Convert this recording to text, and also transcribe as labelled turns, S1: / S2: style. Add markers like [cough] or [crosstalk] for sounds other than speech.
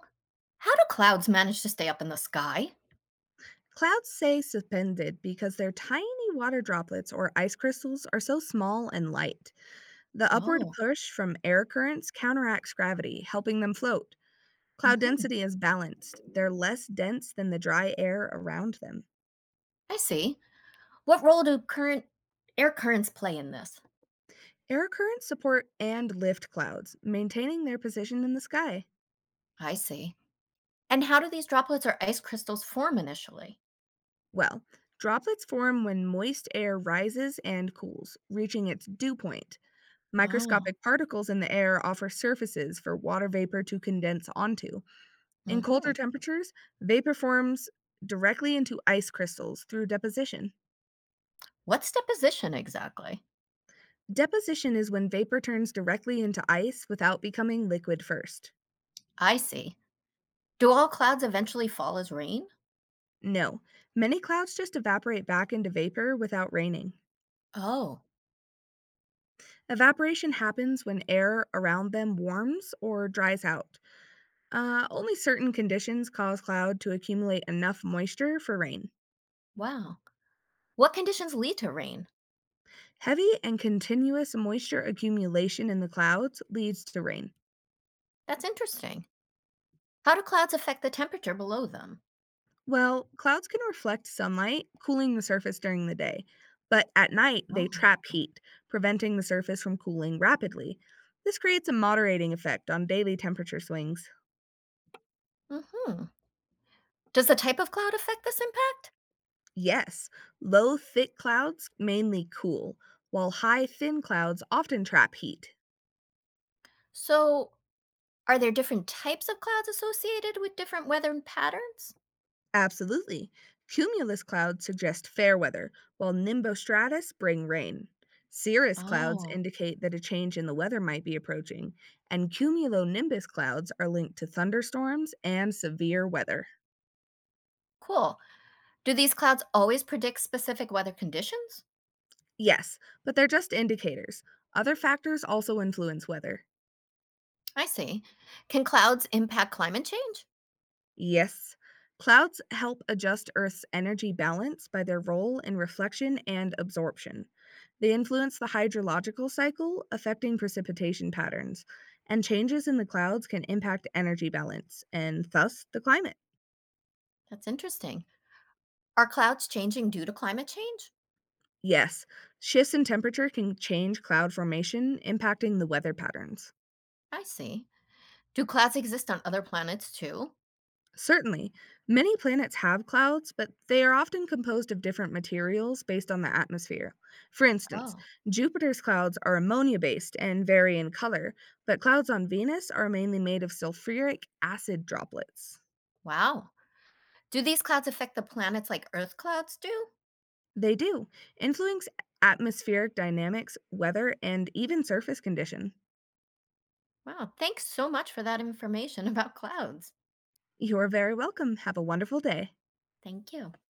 S1: How do clouds manage to stay up in the sky?
S2: Clouds stay suspended because their tiny water droplets or ice crystals are so small and light. The upward
S1: Oh,
S2: push from air currents counteracts gravity, helping them float. Cloud
S1: hmm,
S2: density is balanced, they're less dense than the dry air around them.
S1: I see. What role do current air currents play in this?
S2: Air currents support and lift clouds, maintaining their position in the sky.
S1: I see. And how do these droplets or ice crystals form initially?
S2: Well, droplets form when moist air rises and cools, reaching its dew point.
S1: Oh,
S2: Microscopic particles in the air offer surfaces for water vapor to condense onto. In colder
S1: hmm,
S2: temperatures, vapor forms directly into ice crystals through deposition.
S1: what's deposition exactly?
S2: Deposition is when vapor turns directly into ice without becoming liquid first.
S1: I see. Do all clouds eventually fall as rain?
S2: No, many clouds just evaporate back into vapor without raining.
S1: Oh,
S2: Evaporation happens when air around them warms or dries out. Only certain conditions cause cloud to accumulate enough moisture for rain.
S1: wow. What conditions lead to rain?
S2: Heavy and continuous moisture accumulation in the clouds leads to rain.
S1: That's interesting. How do clouds affect the temperature below them?
S2: Well, clouds can reflect sunlight, cooling the surface during the day, but at night they trap
S1: Oh.
S2: heat, preventing the surface from cooling rapidly. This creates a moderating effect on daily temperature swings.
S1: Hmm. Does the type of cloud affect this impact?
S2: Yes, low, thick clouds mainly cool, while high, thin clouds often trap heat.
S1: So, are there different types of clouds associated with different weather patterns?
S2: Absolutely. Cumulus clouds suggest fair weather, while nimbostratus bring rain. Cirrus clouds
S1: Oh,
S2: indicate that a change in the weather might be approaching, and cumulonimbus clouds are linked to thunderstorms and severe weather.
S1: cool. Do these clouds always predict specific weather conditions?
S2: Yes, but they're just indicators. Other factors also influence weather.
S1: I see. Can clouds impact climate change?
S2: Yes. Clouds help adjust Earth's energy balance by their role in reflection and absorption. They influence the hydrological cycle, affecting precipitation patterns, and changes in the clouds can impact energy balance and thus the climate.
S1: That's interesting. Are clouds changing due to climate change?
S2: Yes, shifts in temperature can change cloud formation, impacting the weather patterns.
S1: I see. Do clouds exist on other planets too?
S2: Certainly. Many planets have clouds, but they are often composed of different materials based on the atmosphere. For instance,
S1: Oh.
S2: Jupiter's clouds are ammonia based and vary in color, but clouds on Venus are mainly made of sulfuric acid droplets.
S1: Wow. Do these clouds affect the planets like Earth clouds do?
S2: They do influence atmospheric dynamics, weather, and even surface condition.
S1: Wow, thanks so much for that information [laughs] about clouds.
S2: You're very welcome. Have a wonderful day.
S1: Thank you.